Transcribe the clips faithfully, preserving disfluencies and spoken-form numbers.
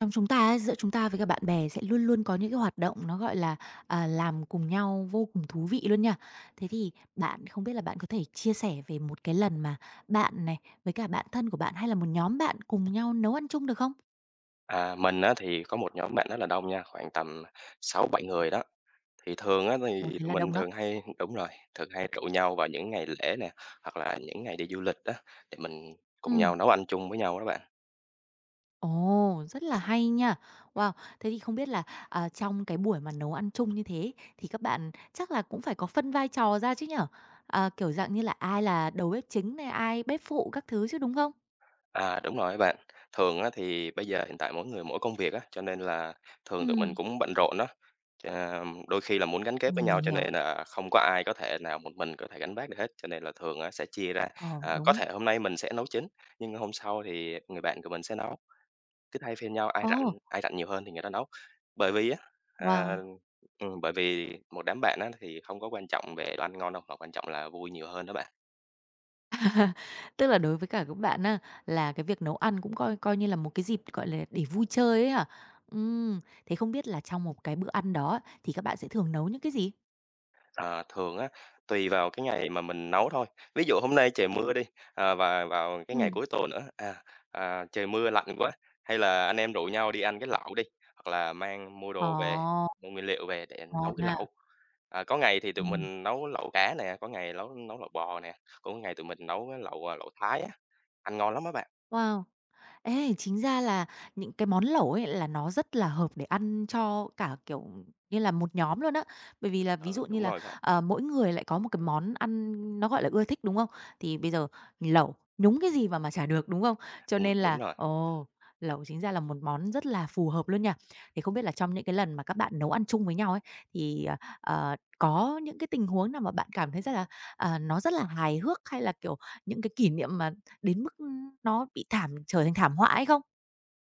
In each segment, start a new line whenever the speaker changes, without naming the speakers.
Trong chúng ta ấy, giữa chúng ta với cả bạn bè sẽ luôn luôn có những cái hoạt động nó, gọi là, à, làm cùng nhau vô cùng thú vị luôn nha. Thế thì bạn không biết là bạn có thể chia sẻ về một cái lần mà bạn này, với cả bạn thân của bạn hay là một nhóm bạn cùng nhau nấu ăn chung được không?
À, mình á thì có một nhóm bạn rất là đông nha, khoảng tầm sáu bảy người đó. Thì thường á thì
Ồ, thế
tụi
là
mình
đông đó.
thường hay đúng rồi, thường hay rủ nhau vào những ngày lễ nè, hoặc là những ngày đi du lịch đó để mình cùng
Ừm,
nhau nấu ăn chung với nhau đó bạn.
ồ, rất là hay nha. Wow, thế thì không biết là, à, trong cái buổi mà nấu ăn chung như thế thì các bạn chắc là cũng phải có phân vai trò ra chứ nhở? À, kiểu dạng như là ai là đầu bếp chính này, ai bếp phụ các thứ chứ, đúng không?
À, đúng rồi á bạn. Thường á thì bây giờ hiện tại mỗi người mỗi công việc á, cho nên là thường tụi mình
Ừm.
cũng bận rộn đó. À, đôi khi là muốn gắn kết với
Ừm,
nhau
mình
cho
hiểu.
nên là không có ai có thể nào một mình có thể gánh vác được hết, cho nên là thường á sẽ chia ra.
Ờ,
À, có
đúng.
thể hôm nay mình sẽ nấu chính, nhưng hôm sau thì người bạn của mình sẽ nấu. Cứ thay phiên nhau, ai
Ồ,
rảnh ai rảnh nhiều hơn thì người đó nấu. Bởi vì á, à,
wow!
ừm, bởi vì một đám bạn á thì không có quan trọng về đồ ăn ngon đâu, mà quan trọng là vui nhiều hơn đó bạn.
Tức là đối với cả các bạn á, là cái việc nấu ăn cũng coi coi như là một cái dịp, gọi là, để vui chơi ấy hả? Ừm, Thế không biết là trong một cái bữa ăn đó á, thì các bạn sẽ thường nấu những cái gì?
Ờ, thường á, tùy vào cái ngày mà mình nấu thôi. Ví dụ hôm nay trời mưa đi, à, và vào cái ngày
Ừm.
cuối tuần nữa, à, à, trời mưa lạnh quá, hay là anh em rủ nhau đi ăn cái lẩu đi, hoặc là mang mua đồ về,
Ồ,
mua nguyên liệu về để
ngon
nấu cái
ha!
lẩu. À, có ngày thì tụi
Ừm,
mình nấu lẩu cá nè, có ngày nấu nấu lẩu bò nè, cũng có ngày tụi mình nấu cái lẩu, à, lẩu Thái á, ăn ngon lắm á bạn.
wow! Ê, chính ra là những cái món lẩu ấy là nó rất là hợp để ăn cho cả, kiểu như là, một nhóm luôn á. Bởi vì là ví
Ừ,
dụ như
đúng
là,
rồi bạn,
ờ, mỗi người lại có một cái món ăn nó, gọi là, ưa thích, đúng không? Thì bây giờ lẩu, nhúng cái gì mà mà chả được, đúng không? Cho
ừm,
nên là,
đúng rồi,
ồ, lẩu chính ra là một món rất là phù hợp luôn nha. Thì không biết là trong những cái lần mà các bạn nấu ăn chung với nhau ấy, thì, ờ, ờ, có những cái tình huống nào mà bạn cảm thấy rất là, à, nó rất là hài hước hay là, kiểu, những cái kỷ niệm mà đến mức, nó bị thảm trở thành thảm họa hay không?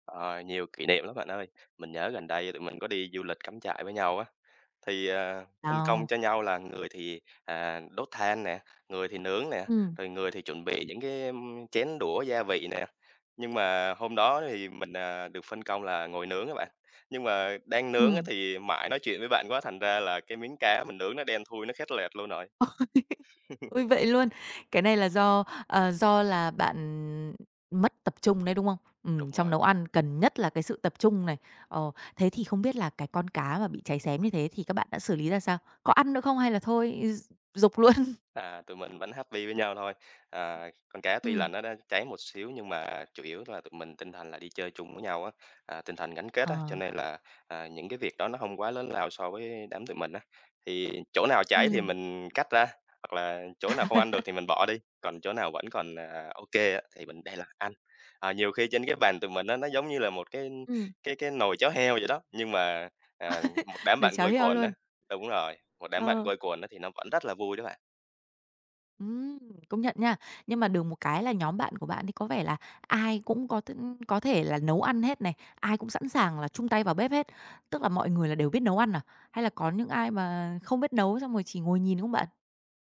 ờ, nhiều kỷ niệm lắm bạn ơi. Mình nhớ gần đây tụi mình có đi du lịch cắm trại với nhau á. Thì, à, phân công
Đó.
cho nhau là người thì, à, đốt than nè, người thì nướng nè,
Ừm,
rồi người thì chuẩn bị những cái, ưm, chén đũa gia vị nè. Nhưng mà hôm đó thì mình, à, được phân công là ngồi nướng các bạn. Nhưng mà đang nướng á
ừm.
thì mãi nói chuyện với bạn quá, thành ra là cái miếng cá mình nướng nó đen thui, nó khét lẹt luôn rồi.
Ôi, vậy luôn. Cái này là do, ờ, do là bạn mất tập trung đấy, đúng không? Ừm,
Đúng
trong
rồi.
nấu ăn cần nhất là cái sự tập trung này. Ờ, thế thì không biết là cái con cá mà bị cháy xém như thế thì các bạn đã xử lý ra sao? Có ăn nữa không hay là thôi gi dục luôn?
À, tụi mình vẫn happy với nhau thôi. À, con cá tuy
Ừm.
là nó đã cháy một xíu nhưng mà chủ yếu là tụi mình tinh thần là đi chơi chung với nhau á, à, tinh thần gắn kết á, cho
Ờ.
nên là, à, những cái việc đó nó không quá lớn lao so với đám tụi mình á. Thì chỗ nào cháy thì
Ừm,
mình cắt ra, hoặc là chỗ nào không ăn được thì mình bỏ đi, còn chỗ nào vẫn còn, à, ô á thì mình để là ăn. À, nhiều khi trên cái bàn tụi mình á, nó giống như là một cái
ừm.
cái cái nồi cháo heo vậy đó, nhưng mà, à, một đám
Nồi
bạn
cháo
quây
heo
quần á,
luôn.
đúng rồi, một đám bạn
Ờ.
quây quần á thì nó vẫn rất là vui đó bạn.
Ừm, công nhận nha. Nhưng mà được một cái là nhóm bạn của bạn thì có vẻ là ai cũng có th có thể là nấu ăn hết này, ai cũng sẵn sàng là chung tay vào bếp hết. Tức là mọi người là đều biết nấu ăn à? Hay là có những ai mà không biết nấu xong rồi chỉ ngồi nhìn không bạn?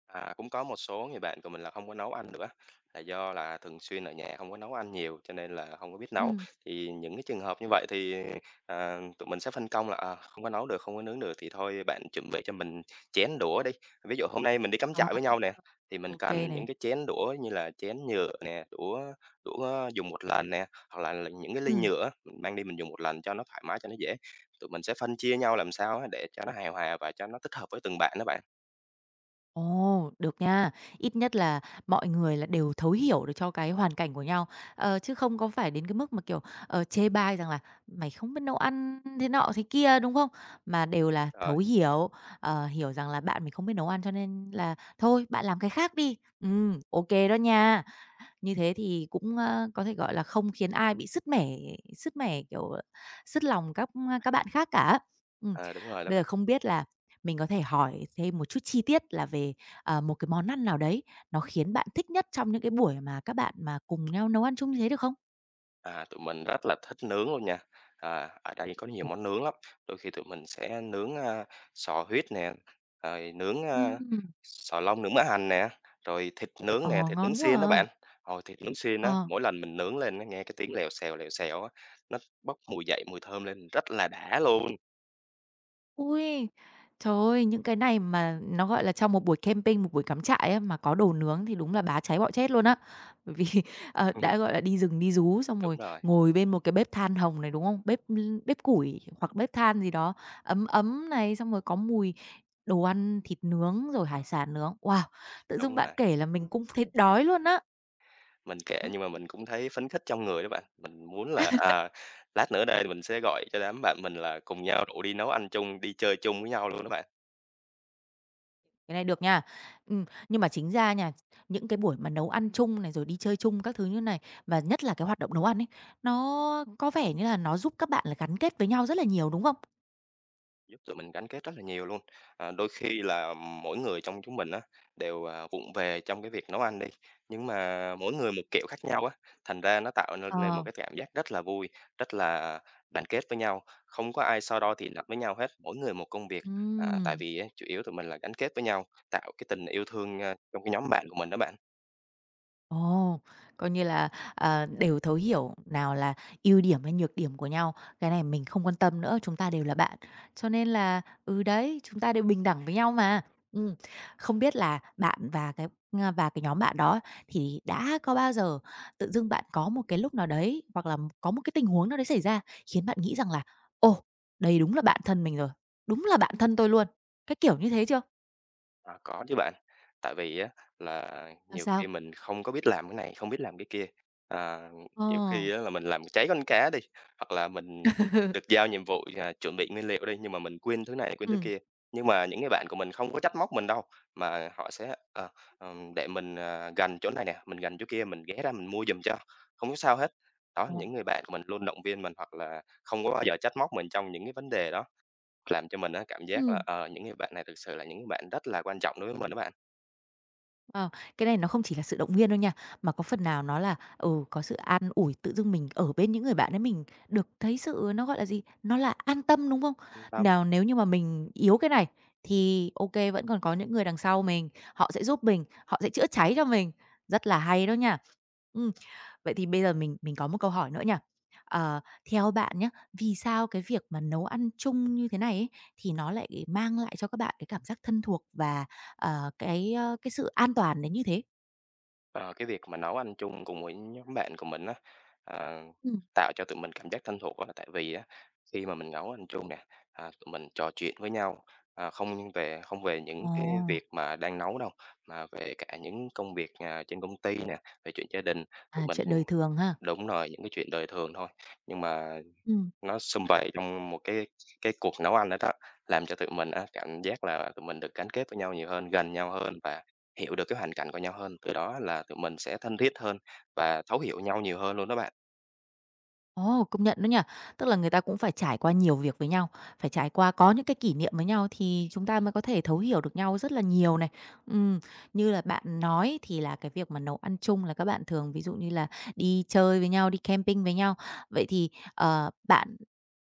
À, cũng có một số người bạn của mình là không có nấu ăn nữa, là do là thường xuyên ở nhà không có nấu ăn nhiều cho nên là không có biết nấu.
Ừm.
Thì những cái trường hợp như vậy thì, à, tụi mình sẽ phân công là, à, không có nấu được, không có nướng được thì thôi bạn chuẩn bị cho mình chén đũa đi. Ví dụ hôm nay mình đi cắm trại với
À,
nhau nè, thì mình
ô kê
cần
nè.
những cái chén đũa như là chén nhựa nè, đũa đũa dùng một lần nè, hoặc là là những cái ly
Ừm.
nhựa mình mang đi mình dùng một lần cho nó thoải mái, cho nó dễ. Tụi mình sẽ phân chia nhau làm sao á để cho nó hài hòa và cho nó thích hợp với từng bạn đó bạn.
Ồ, được nha. Ít nhất là mọi người là đều thấu hiểu được cho cái hoàn cảnh của nhau, ờ, chứ không có phải đến cái mức mà, kiểu, ờ, chê bai rằng là "Mày không biết nấu ăn thế nọ thế kia", đúng không? Mà đều là
Rồi,
thấu hiểu, ờ, hiểu rằng là bạn mình không biết nấu ăn cho nên là thôi, bạn làm cái khác đi. Ừm, ok đó nha. Như thế thì cũng, ơ, có thể, gọi là, không khiến ai bị sứt mẻ sứt mẻ, kiểu, sứt lòng các các bạn khác cả. Ừm,
ờ, đúng rồi đó
Bây giờ
bạn.
không biết là mình có thể hỏi thêm một chút chi tiết là về, ờ, một cái món ăn nào đấy nó khiến bạn thích nhất trong những cái buổi mà các bạn mà cùng nhau nấu ăn chung như thế được không?
À, tụi mình rất là thích nướng luôn nha. À, ở đây có nhiều
Ừm.
món nướng lắm. Đôi khi tụi mình sẽ nướng à, sò huyết nè, rồi nướng à,
Ừm,
sò long nướng mỡ hành nè, rồi thịt nướng nè,
ờ,
thịt nướng
Ngon quá
xiên đó
à!
bạn. Rồi thịt nướng xiên á,
Ờ.
mỗi lần mình nướng lên nó nghe cái tiếng lèo xèo lèo xèo á, nó bốc mùi dậy mùi thơm lên rất là đã luôn.
Ui, trời ơi, những cái này mà nó, gọi là, trong một buổi camping, một buổi cắm trại á, mà có đồ nướng thì đúng là bá cháy bọ chết luôn á. Bởi vì, ờ, đã, gọi là, đi rừng đi rú xong
Đúng
rồi
rồi,
ngồi bên một cái bếp than hồng này, đúng không? Bếp bếp củi hoặc bếp than gì đó, ấm ấm này, xong rồi có mùi đồ ăn thịt nướng rồi hải sản nướng. Wow! Tự dưng
đúng
bạn
rồi.
kể là mình cũng thấy đói luôn á.
Mình kể nhưng mà mình cũng thấy phấn khích trong người đó bạn. Mình muốn là à, lát nữa đây mình sẽ gọi cho đám bạn mình là cùng nhau rủ đi nấu ăn chung, đi chơi chung với nhau luôn đó bạn.
Cái này được nha. Ừm, nhưng mà chính ra nha, những cái buổi mà nấu ăn chung này, rồi đi chơi chung các thứ như này, và nhất là cái hoạt động nấu ăn ấy, nó có vẻ như là nó giúp các bạn là gắn kết với nhau rất là nhiều, đúng không?
Giúp tụi mình gắn kết rất là nhiều luôn. À, đôi khi là mỗi người trong chúng mình á, đều, à, vụng về trong cái việc nấu ăn đi, nhưng mà mỗi người một kiểu khác nhau á, thành ra nó tạo nên nên một
Ờ,
cái cảm giác rất là vui, rất là đoàn kết với nhau, không có ai so đo thì nạnh với nhau hết, mỗi người một công việc. À, tại
ừm.
vì á, chủ yếu tụi mình là gắn kết với nhau, tạo cái tình yêu thương, a, trong cái nhóm bạn của mình đó bạn.
Ồ, coi như là, ờ, đều thấu hiểu nào là ưu điểm hay nhược điểm của nhau, cái này mình không quan tâm nữa, chúng ta đều là bạn. Cho nên là, ừ, đấy, chúng ta đều bình đẳng với nhau mà. Ừm, Không biết là bạn và cái, ờ, và cái nhóm bạn đó thì đã có bao giờ tự dưng bạn có một cái lúc nào đấy, hoặc là có một cái tình huống nào đấy xảy ra khiến bạn nghĩ rằng là "Ồ, đây đúng là bạn thân mình rồi, đúng là bạn thân tôi luôn." Cái kiểu như thế chưa?
À, có chứ bạn. Tại vì á là
Ra
nhiều
sao?
khi mình không có biết làm cái này, không biết làm cái kia. À, nhiều
Ờ.
khi á là mình làm cháy con cá đi, hoặc là mình được giao nhiệm vụ, à, chuẩn bị nguyên liệu đi, nhưng mà mình quên thứ này, quên thứ
Ừm.
kia. Nhưng mà những người bạn của mình không có trách móc mình đâu, mà họ sẽ, ờ, ừm, để mình, à, gành chỗ này nè, mình gành chỗ kia, mình ghé ra mình mua giùm cho, không có sao hết. Đó,
Ồ.
những người bạn của mình luôn động viên mình hoặc là không có bao giờ trách móc mình trong những cái vấn đề đó. Làm cho mình á cảm giác
Ừm.
là, ờ, những người bạn này thực sự là những bạn rất là quan trọng đối với mình đó bạn.
Ờ, cái này nó không chỉ là sự động viên đâu nha, mà có phần nào nó là, ừ, có sự an ủi, tự dưng mình ở bên những người bạn ấy mình được thấy sự nó, gọi là gì, nó là an tâm, đúng không?
Anh tâm,
Nào nếu như mà mình yếu cái này thì ok vẫn còn có những người đằng sau mình, họ sẽ giúp mình, họ sẽ chữa cháy cho mình, rất là hay đó nha. Ừm. Vậy thì bây giờ mình mình có một câu hỏi nữa nhỉ? Ờ, theo bạn nhé vì sao cái việc mà nấu ăn chung như thế này ấy, thì nó lại mang lại cho các bạn cái cảm giác thân thuộc và, ờ, cái, ơ, cái sự an toàn đến như thế?
ờ, cái việc mà nấu ăn chung cùng với nhóm bạn của mình á, ờ,
Ừm.
tạo cho tụi mình cảm giác thân thuộc á, là tại vì á, khi mà mình nấu ăn chung nè, à, tụi mình trò chuyện với nhau, à, không về không về những
Ồ,
cái việc mà đang nấu đâu, mà về cả những công việc, à, trên công ty nè, về chuyện gia đình, tụi
à,
mình
chuyện đời thường ha.
đúng rồi, những cái chuyện đời thường thôi. Nhưng mà
Ừm.
nó sum vầy trong một cái cái cuộc nấu ăn đó đó, làm cho tụi mình á cảm giác là tụi mình được gắn kết với nhau nhiều hơn, gần nhau hơn và hiểu được cái hoàn cảnh của nhau hơn, từ đó là tụi mình sẽ thân thiết hơn và thấu hiểu nhau nhiều hơn luôn đó bạn.
Ồ, công nhận đó nha. Tức là người ta cũng phải trải qua nhiều việc với nhau, phải trải qua có những cái kỷ niệm với nhau thì chúng ta mới có thể thấu hiểu được nhau rất là nhiều này. Ừm, Như là bạn nói thì là cái việc mà nấu ăn chung là các bạn thường ví dụ như là đi chơi với nhau, đi camping với nhau. Vậy thì, ờ, bạn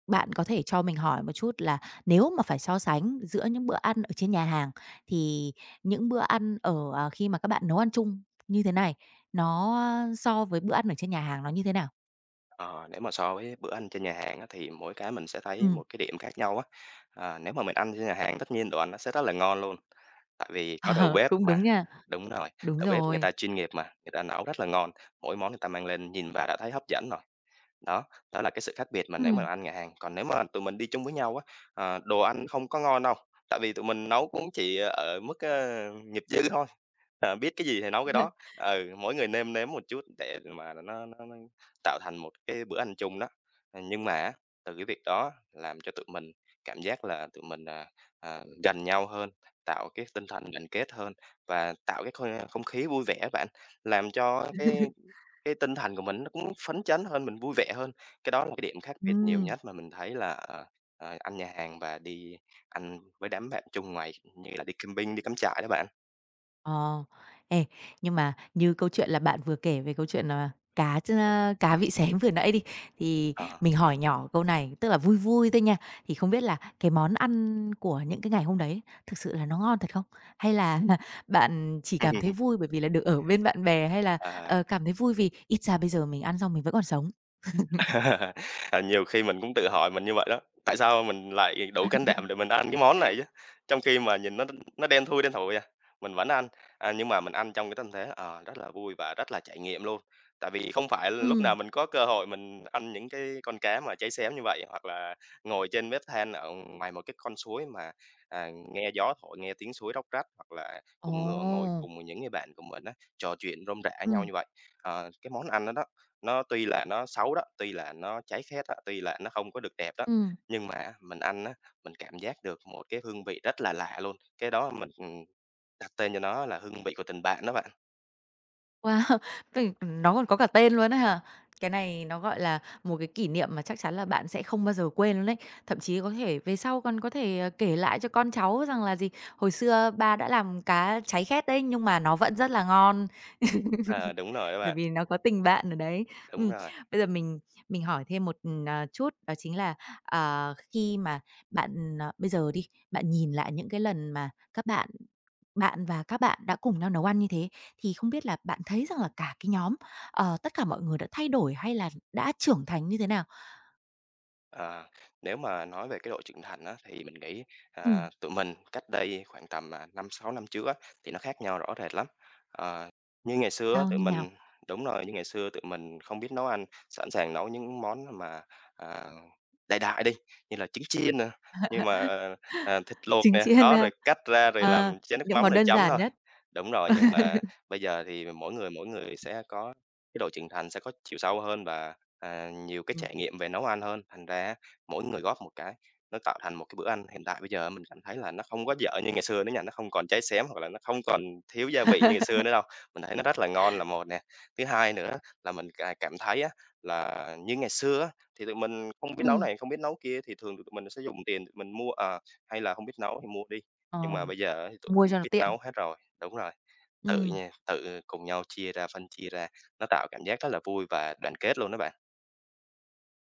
bạn có thể cho mình hỏi một chút là nếu mà phải so sánh giữa những bữa ăn ở trên nhà hàng thì những bữa ăn ở, à, khi mà các bạn nấu ăn chung như thế này, nó so với bữa ăn ở trên nhà hàng nó như thế nào?
Ờ, nếu mà so với bữa ăn trên nhà hàng á, thì mỗi cái mình sẽ thấy
Ừm.
một cái điểm khác nhau á. À, nếu mà mình ăn trên nhà hàng tất nhiên đồ ăn nó sẽ rất là ngon luôn, tại vì có đầu
Ờ,
bếp
cũng
mà,
đúng nha.
đúng rồi,
Đúng
đầu bếp người
rồi.
ta chuyên nghiệp mà, người ta nấu rất là ngon, mỗi món người ta mang lên nhìn vào đã thấy hấp dẫn rồi. Đó, đó là cái sự khác biệt mà nếu mà
Ừm.
ăn nhà hàng. Còn nếu mà tụi mình đi chung với nhau á, ờ, đồ ăn không có ngon đâu, tại vì tụi mình nấu cũng chỉ ở mức, ơ, nghiệp dư thôi, ờ, biết cái gì thì nấu cái đó. Ừ, mỗi người nêm nếm một chút để mà nó nó nó tạo thành một cái bữa ăn chung đó. Ờ, nhưng mà á, từ cái việc đó làm cho tụi mình cảm giác là tụi mình, à, à, gần nhau hơn, tạo cái tinh thần đoàn kết hơn và tạo cái khôi không khí vui vẻ bạn, làm cho cái cái tinh thần của mình nó cũng phấn chấn hơn, mình vui vẻ hơn. Cái đó là cái điểm khác biệt nhiều
Ừm.
nhất mà mình thấy là, ờ, ờ, ăn nhà hàng và đi ăn với đám bạn chung ngoài như là đi camping, đi cắm trại đó bạn.
Ờ. Ê, nhưng mà như câu chuyện là bạn vừa kể về câu chuyện là cá ch cá vị xém vừa nãy đi, thì
Ờ.
mình hỏi nhỏ câu này, tức là vui vui thôi nha, thì không biết là cái món ăn của những cái ngày hôm đấy thực sự là nó ngon thật không? Hay là bạn chỉ cảm thấy vui bởi vì là được ở bên bạn bè, hay là,
Ờ.
ờ, cảm thấy vui vì ít ra bây giờ mình ăn xong mình vẫn còn sống?
À, nhiều khi mình cũng tự hỏi mình như vậy đó, tại sao mình lại đủ can đảm để mình ăn cái món này chứ? Trong khi mà nhìn nó nó đen thui, đen thui à, mình vẫn ăn, à, nhưng mà mình ăn trong cái tâm thế, ờ, rất là vui và rất là trải nghiệm luôn. Tại vì không phải lúc
Ừ.
nào mình có cơ hội mình ăn những cái con cá mà cháy xém như vậy, hoặc là ngồi trên bếp than ở ngoài một cái con suối mà, à, nghe gió thổi, nghe tiếng suối róc rách, hoặc là cùng ng ngồi
Ồ.
cùng những người bạn của mình á, trò chuyện rôm rả
Ừ.
nhau như vậy. Ờ, cái món ăn đó đó nó tuy là nó xấu đó, tuy là nó cháy khét đó, tuy là nó không có được đẹp đó,
Ừ.
nhưng mà á, mình ăn á, mình cảm giác được một cái hương vị rất là lạ luôn, cái đó mình, ừm, đặt tên cho nó là hương vị của tình bạn đó bạn.
Wow! Tức là nó còn có cả tên luôn á hả? Cái này nó, gọi là, một cái kỷ niệm mà chắc chắn là bạn sẽ không bao giờ quên luôn đấy. Thậm chí có thể về sau còn có thể, ờ, kể lại cho con cháu rằng là gì, hồi xưa ba đã làm cá cháy khét đấy, nhưng mà nó vẫn rất là ngon.
Ờ, đúng rồi đó
Bởi
bạn,
vì nó có tình bạn ở đấy.
đúng
Ừm,
rồi.
Bây giờ mình mình hỏi thêm một, ừm, à, chút đó chính là, ờ, khi mà bạn, ờ bây giờ đi, bạn nhìn lại những cái lần mà các bạn bạn và các bạn đã cùng nhau nấu ăn như thế, thì không biết là bạn thấy rằng là cả cái nhóm, ờ, tất cả mọi người đã thay đổi hay là đã trưởng thành như thế nào?
À, nếu mà nói về cái độ trưởng thành á, thì mình nghĩ,
Ừm,
à, tụi mình cách đây khoảng tầm, à, năm, sáu năm trước á, thì nó khác nhau rõ rệt lắm. Ờ, như ngày xưa á,
sao,
tụi
như nào?
mình đúng rồi, như ngày xưa tụi mình không biết nấu ăn, sẵn sàng nấu những món mà, à, đại đại đi, như là trứng chiên nè, nhưng mà, ờ, ờ, thịt luộc
Chính
nè,
trị hơn
đó,
ha.
rồi cắt ra rồi
À,
làm chén nước
những
mắm
món
rồi
đơn
chấm
giản
thôi.
nhất.
Đúng rồi, nhưng mà bây giờ thì mỗi người mỗi người sẽ có cái độ trưởng thành, sẽ có chiều sâu hơn và, à, nhiều cái
Ừm,
trải nghiệm về nấu ăn hơn, thành ra á, mỗi người góp một cái, nó tạo thành một cái bữa ăn hiện tại bây giờ mình cảm thấy là nó không có dở như ngày xưa nữa nha, nó không còn cháy xém hoặc là nó không còn thiếu gia vị như ngày xưa nữa đâu. Mình thấy nó rất là ngon là một nè. Thứ hai nữa là mình cà cảm thấy á, là như ngày xưa á, thì tụi mình không biết nấu
ừm,
này, không biết nấu kia thì thường tụi mình sẽ dùng tiền tụi mình mua, à hay là không biết nấu thì mua đi, nhưng mà
ờ,
bây giờ á thì tụi
mua
mình
cho nó
biết
tiện.
nấu hết rồi. Đúng rồi, tự
Ừm.
nha, tự cùng nhau chia ra, phân chia ra, nó tạo cảm giác rất là vui và đoàn kết luôn đó bạn.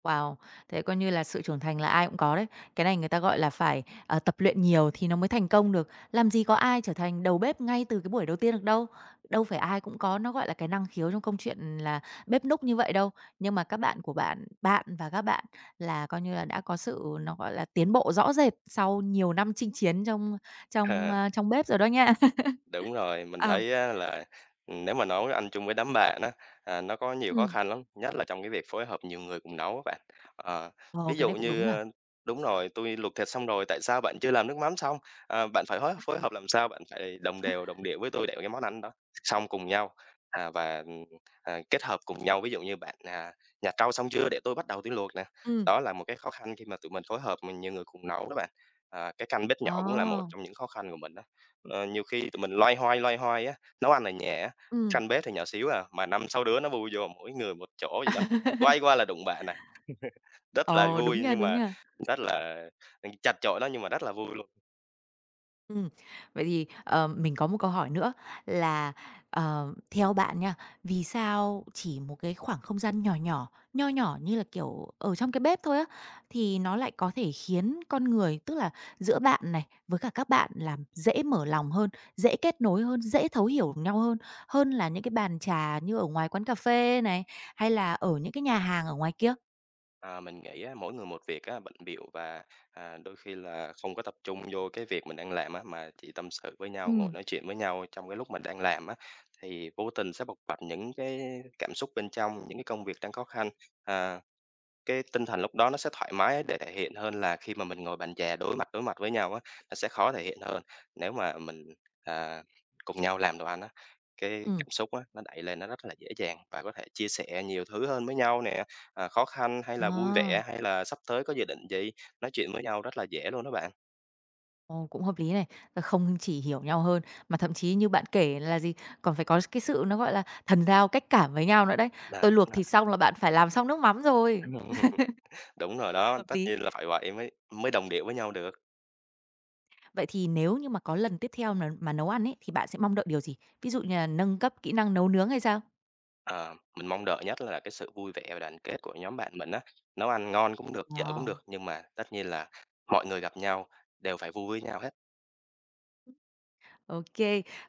Wow! Thế coi như là sự trưởng thành là ai cũng có đấy. Cái này người ta gọi là phải, ờ, tập luyện nhiều thì nó mới thành công được. Làm gì có ai trở thành đầu bếp ngay từ cái buổi đầu tiên được đâu. Đâu phải ai cũng có nó, gọi là, cái năng khiếu trong công chuyện là bếp núc như vậy đâu. Nhưng mà các bạn của bạn bạn và các bạn là coi như là đã có sự nó, gọi là, tiến bộ rõ rệt sau nhiều năm chinh chiến trong trong, a, trong bếp rồi đó nha.
Đúng rồi, mình
À,
thấy á là, nếu mà nấu ăn chung với đám bạn á, à, nó có nhiều khó
ừm,
khăn lắm, nhất là trong cái việc phối hợp nhiều người cùng nấu á bạn. Ờ,
ờ,
ví
cái
dụ
này cũng
như,
đúng nhỉ?
ơ đúng rồi, "Tôi luộc thịt xong rồi, tại sao bạn chưa làm nước mắm xong?" Ờ, bạn phải hối phối hợp làm sao bạn phải đồng đều, đồng điệu với tôi để cái món ăn đó xong cùng nhau, à, và, ừm, à, kết hợp cùng nhau. Ví dụ như bạn, à, "Nhặt rau xong chưa? Để tôi bắt đầu tui luộc nè."
Ừ,
Đó là một cái khó khăn khi mà tụi mình phối hợp, mình nhiều người cùng nấu đó bạn. À, cái căn bếp
ờ,
nhỏ cũng là một trong những khó khăn của mình đó. Ờ, nhiều khi tụi mình loay hoay, loay hoay á, nấu ăn là nhẹ á,
ừ,
canh bếp thì nhỏ xíu à, mà năm sáu đứa nó bu vô mỗi người một chỗ vậy đó, quay qua là đụng bạn à, rất là
ờ, đúng
vui
nha,
nhưng
đúng
mà
nha.
rất là, ừm, chật chội đó nhưng mà rất là vui luôn.
Ừm, Vậy thì, ờ, mình có một câu hỏi nữa là, ờ, theo bạn nha, vì sao chỉ một cái khoảng không gian nhỏ nhỏ, nho nhỏ như là, kiểu, ở trong cái bếp thôi á, thì nó lại có thể khiến con người, tức là giữa bạn này, với cả các bạn là dễ mở lòng hơn, dễ kết nối hơn, dễ thấu hiểu nhau hơn, hơn là những cái bàn trà như ở ngoài quán cà phê này, hay là ở những cái nhà hàng ở ngoài kia?
Ờ, mình nghĩ á, mỗi người một việc á, bận bịu và, à, đôi khi là không có tập trung vô cái việc mình đang làm á, mà chỉ tâm sự với nhau,
Ừ.
ngồi nói chuyện với nhau trong cái lúc mình đang làm á, thì vô tình sẽ bộc bạch những cái cảm xúc bên trong, những cái công việc đang khó khăn, à. Cái tinh thần lúc đó nó sẽ thoải mái để thể hiện hơn là khi mà mình ngồi bàn chè đối mặt đối mặt với nhau á, nó sẽ khó thể hiện hơn. Nếu mà mình, à, cùng nhau làm đồ ăn á, cái
Ừ.
cảm xúc á, nó đẩy lên nó rất là dễ dàng và có thể chia sẻ nhiều thứ hơn với nhau nè, à, khó khăn hay là vui
Ờ.
vẻ hay là sắp tới có dự định gì, nói chuyện với nhau rất là dễ luôn đó bạn.
Ồ, cũng hợp lý này. Là không chỉ hiểu nhau hơn, mà thậm chí như bạn kể là gì, còn phải có cái sự nó, gọi là, thần giao cách cảm với nhau nữa đấy.
Là
Tôi luộc thịt xong là bạn phải làm xong nước mắm rồi.
Đúng rồi. Đúng rồi đó,
Hợp
tất
lý.
nhiên là phải vậy mới mới đồng điệu với nhau được.
Vậy thì nếu như mà có lần tiếp theo mà mà nấu ăn ấy, thì bạn sẽ mong đợi điều gì? Ví dụ như là nâng cấp kỹ năng nấu nướng hay sao?
Ờ, mình mong đợi nhất là cái sự vui vẻ và đoàn kết của nhóm bạn mình á. Nấu ăn ngon cũng được,
Ờ,
dở cũng được, nhưng mà tất nhiên là mọi người gặp nhau đều phải vui với nhau hết.
ok.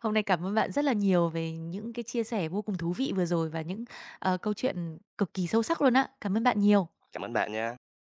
Hôm nay cảm ơn bạn rất là nhiều về những cái chia sẻ vô cùng thú vị vừa rồi và những, ờ, câu chuyện cực kỳ sâu sắc luôn á. Cảm ơn bạn nhiều.
Cảm ơn bạn nha.